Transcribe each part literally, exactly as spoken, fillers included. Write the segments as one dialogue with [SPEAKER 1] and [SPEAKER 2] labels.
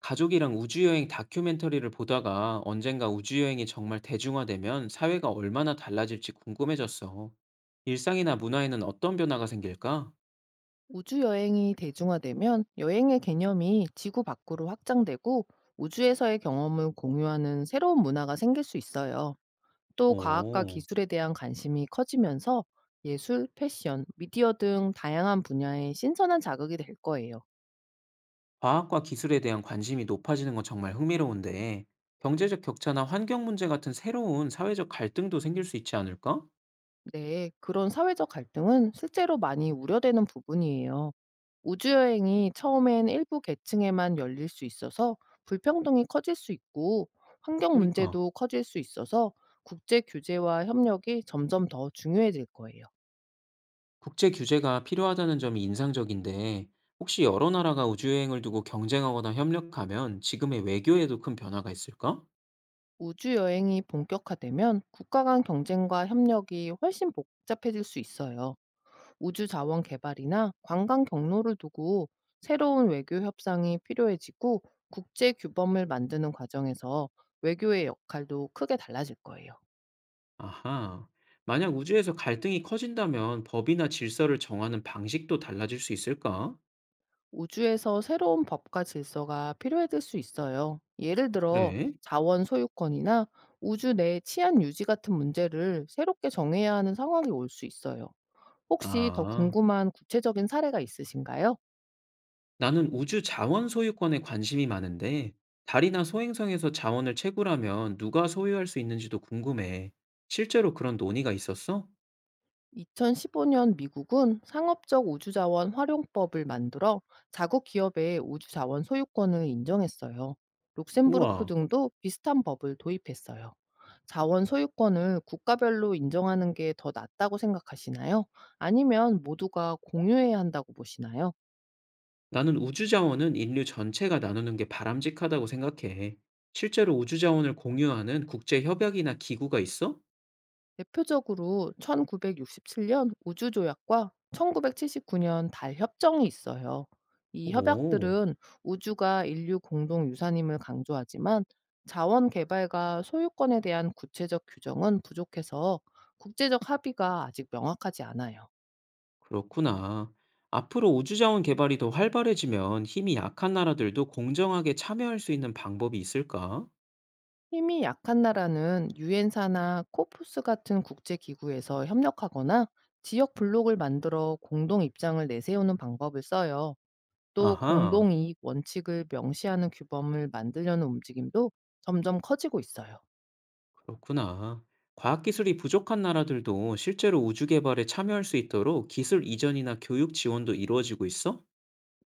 [SPEAKER 1] 가족이랑 우주여행 다큐멘터리를 보다가 언젠가 우주여행이 정말 대중화되면 사회가 얼마나 달라질지 궁금해졌어. 일상이나 문화에는 어떤 변화가 생길까?
[SPEAKER 2] 우주 여행이 대중화되면 여행의 개념이 지구 밖으로 확장되고, 우주에서의 경험을 공유하는 새로운 문화가 생길 수 있어요. 또 과학과
[SPEAKER 1] 오,
[SPEAKER 2] 기술에 대한 관심이 커지면서 예술, 패션, 미디어 등 다양한 분야에 신선한 자극이 될 거예요.
[SPEAKER 1] 과학과 기술에 대한 관심이 높아지는 건 정말 흥미로운데, 경제적 격차나 환경 문제 같은 새로운 사회적 갈등도 생길 수 있지 않을까?
[SPEAKER 2] 네, 그런 사회적 갈등은 실제로 많이 우려되는 부분이에요. 우주여행이 처음엔 일부 계층에만 열릴 수 있어서 불평등이 커질 수 있고, 환경
[SPEAKER 1] 그러니까,
[SPEAKER 2] 문제도 커질 수 있어서 국제 규제와 협력이 점점 더 중요해질 거예요.
[SPEAKER 1] 국제 규제가 필요하다는 점이 인상적인데, 혹시 여러 나라가 우주여행을 두고 경쟁하거나 협력하면 지금의 외교에도 큰 변화가 있을까?
[SPEAKER 2] 우주여행이 본격화되면 국가 간 경쟁과 협력이 훨씬 복잡해질 수 있어요. 우주 자원 개발이나 관광 경로를 두고 새로운 외교 협상이 필요해지고, 국제 규범을 만드는 과정에서 외교의 역할도 크게 달라질 거예요.
[SPEAKER 1] 아하. 만약 우주에서 갈등이 커진다면 법이나 질서를 정하는 방식도 달라질 수 있을까?
[SPEAKER 2] 우주에서 새로운 법과 질서가 필요해질 수 있어요. 예를 들어,
[SPEAKER 1] 그래?
[SPEAKER 2] 자원 소유권이나 우주 내 치안 유지 같은 문제를 새롭게 정해야 하는 상황이 올 수 있어요. 혹시 더
[SPEAKER 1] 아,
[SPEAKER 2] 궁금한 구체적인 사례가 있으신가요?
[SPEAKER 1] 나는 우주 자원 소유권에 관심이 많은데, 달이나 소행성에서 자원을 채굴하면 누가 소유할 수 있는지도 궁금해. 실제로 그런 논의가 있었어?
[SPEAKER 2] 이천십오 년 미국은 상업적 우주자원 활용법을 만들어 자국 기업의 우주자원 소유권을 인정했어요. 룩셈부르크
[SPEAKER 1] 우와.
[SPEAKER 2] 등도 비슷한 법을 도입했어요. 자원 소유권을 국가별로 인정하는 게 더 낫다고 생각하시나요? 아니면 모두가 공유해야 한다고 보시나요?
[SPEAKER 1] 나는 우주 자원은 인류 전체가 나누는 게 바람직하다고 생각해. 실제로 우주 자원을 공유하는 국제 협약이나 기구가 있어?
[SPEAKER 2] 대표적으로 천구백육십칠 년 우주 조약과 천구백칠십구 년 달 협정이 있어요. 이
[SPEAKER 1] 오.
[SPEAKER 2] 협약들은 우주가 인류 공동 유산임을 강조하지만, 자원 개발과 소유권에 대한 구체적 규정은 부족해서 국제적 합의가 아직 명확하지 않아요.
[SPEAKER 1] 그렇구나. 앞으로 우주자원 개발이 더 활발해지면 힘이 약한 나라들도 공정하게 참여할 수 있는 방법이 있을까?
[SPEAKER 2] 힘이 약한 나라는 유엔사나 코프스 같은 국제 기구에서 협력하거나 지역 블록을 만들어 공동 입장을 내세우는 방법을 써요. 또
[SPEAKER 1] 아하,
[SPEAKER 2] 공동 이익 원칙을 명시하는 규범을 만들려는 움직임도 점점 커지고 있어요.
[SPEAKER 1] 그렇구나. 과학기술이 부족한 나라들도 실제로 우주 개발에 참여할 수 있도록 기술 이전이나 교육 지원도 이루어지고 있어?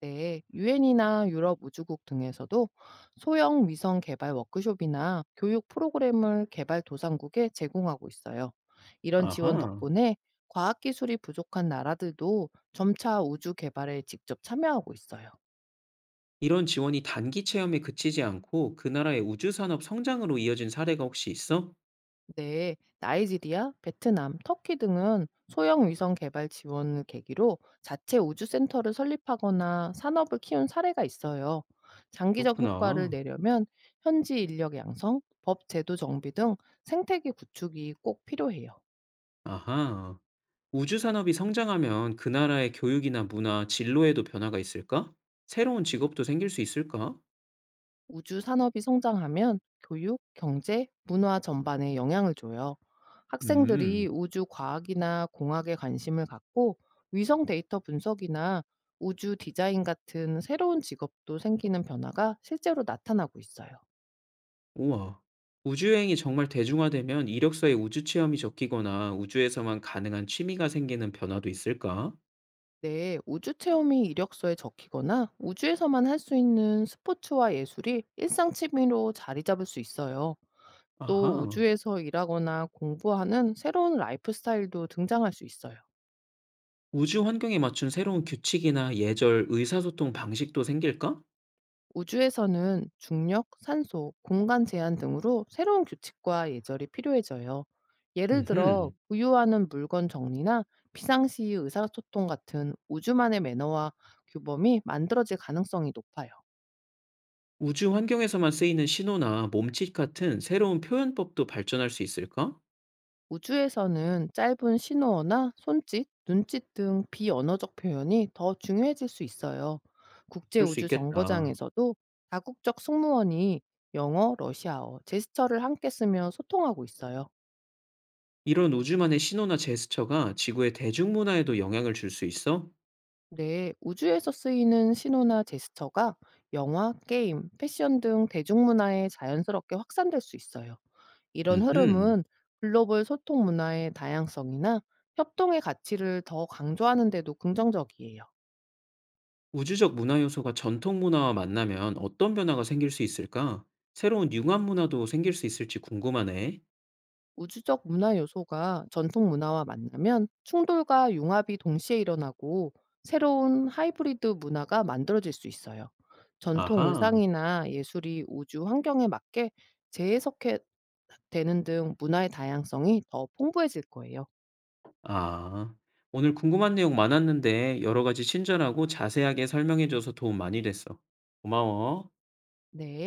[SPEAKER 2] 네, 유엔이나 유럽 우주국 등에서도 소형 위성 개발 워크숍이나 교육 프로그램을 개발 도상국에 제공하고 있어요. 이런 지원
[SPEAKER 1] 아하.
[SPEAKER 2] 덕분에 과학기술이 부족한 나라들도 점차 우주 개발에 직접 참여하고 있어요.
[SPEAKER 1] 이런 지원이 단기 체험에 그치지 않고 그 나라의 우주산업 성장으로 이어진 사례가 혹시 있어?
[SPEAKER 2] 네, 나이지리아, 베트남, 터키 등은 소형 위성 개발 지원을 계기로 자체 우주센터를 설립하거나 산업을 키운 사례가 있어요. 장기적 효과를
[SPEAKER 1] 그렇구나.
[SPEAKER 2] 내려면 현지 인력 양성, 법 제도 정비 등 생태계 구축이 꼭 필요해요.
[SPEAKER 1] 아하. 우주 산업이 성장하면 그 나라의 교육이나 문화, 진로에도 변화가 있을까? 새로운 직업도 생길 수 있을까?
[SPEAKER 2] 우주 산업이 성장하면 교육, 경제, 문화 전반에 영향을 줘요.
[SPEAKER 1] 음,
[SPEAKER 2] 학생들이 우주 과학이나 공학에 관심을 갖고, 위성 데이터 분석이나 우주 디자인 같은 새로운 직업도 생기는 변화가 실제로 나타나고 있어요.
[SPEAKER 1] 우와. 우주여행이 정말 대중화되면 이력서에 우주 체험이 적히거나 우주에서만 가능한 취미가 생기는 변화도 있을까?
[SPEAKER 2] 네, 우주 체험이 이력서에 적히거나 우주에서만 할 수 있는 스포츠와 예술이 일상 취미로 자리 잡을 수 있어요. 또
[SPEAKER 1] 아하.
[SPEAKER 2] 우주에서 일하거나 공부하는 새로운 라이프 스타일도 등장할 수 있어요.
[SPEAKER 1] 우주 환경에 맞춘 새로운 규칙이나 예절, 의사소통 방식도 생길까?
[SPEAKER 2] 우주에서는 중력, 산소, 공간 제한 등으로 새로운 규칙과 예절이 필요해져요. 예를 들어,
[SPEAKER 1] 음흠.
[SPEAKER 2] 보유하는 물건 정리나 비상시 의사소통 같은 우주만의 매너와 규범이 만들어질 가능성이 높아요.
[SPEAKER 1] 우주 환경에서만 쓰이는 신호나 몸짓 같은 새로운 표현법도 발전할 수 있을까?
[SPEAKER 2] 우주에서는 짧은 신호어나 손짓, 눈짓 등 비언어적 표현이 더 중요해질 수 있어요.
[SPEAKER 1] 그럴 수 있겠다.
[SPEAKER 2] 국제우주정거장에서도 다국적 승무원이 영어, 러시아어, 제스처를 함께 쓰며 소통하고 있어요.
[SPEAKER 1] 이런 우주만의 신호나 제스처가 지구의 대중문화에도 영향을 줄 수 있어?
[SPEAKER 2] 네, 우주에서 쓰이는 신호나 제스처가 영화, 게임, 패션 등 대중문화에 자연스럽게 확산될 수 있어요. 이런
[SPEAKER 1] 음흠.
[SPEAKER 2] 흐름은 글로벌 소통 문화의 다양성이나 협동의 가치를 더 강조하는 데도 긍정적이에요.
[SPEAKER 1] 우주적 문화 요소가 전통 문화와 만나면 어떤 변화가 생길 수 있을까? 새로운 융합 문화도 생길 수 있을지 궁금하네.
[SPEAKER 2] 우주적 문화 요소가 전통 문화와 만나면 충돌과 융합이 동시에 일어나고, 새로운 하이브리드 문화가 만들어질 수 있어요. 전통
[SPEAKER 1] 아하.
[SPEAKER 2] 의상이나 예술이 우주 환경에 맞게 재해석해 되는 등 문화의 다양성이 더 풍부해질 거예요.
[SPEAKER 1] 아. 오늘 궁금한 내용 많았는데 여러 가지 친절하고 자세하게 설명해줘서 도움 많이 됐어. 고마워.
[SPEAKER 2] 네.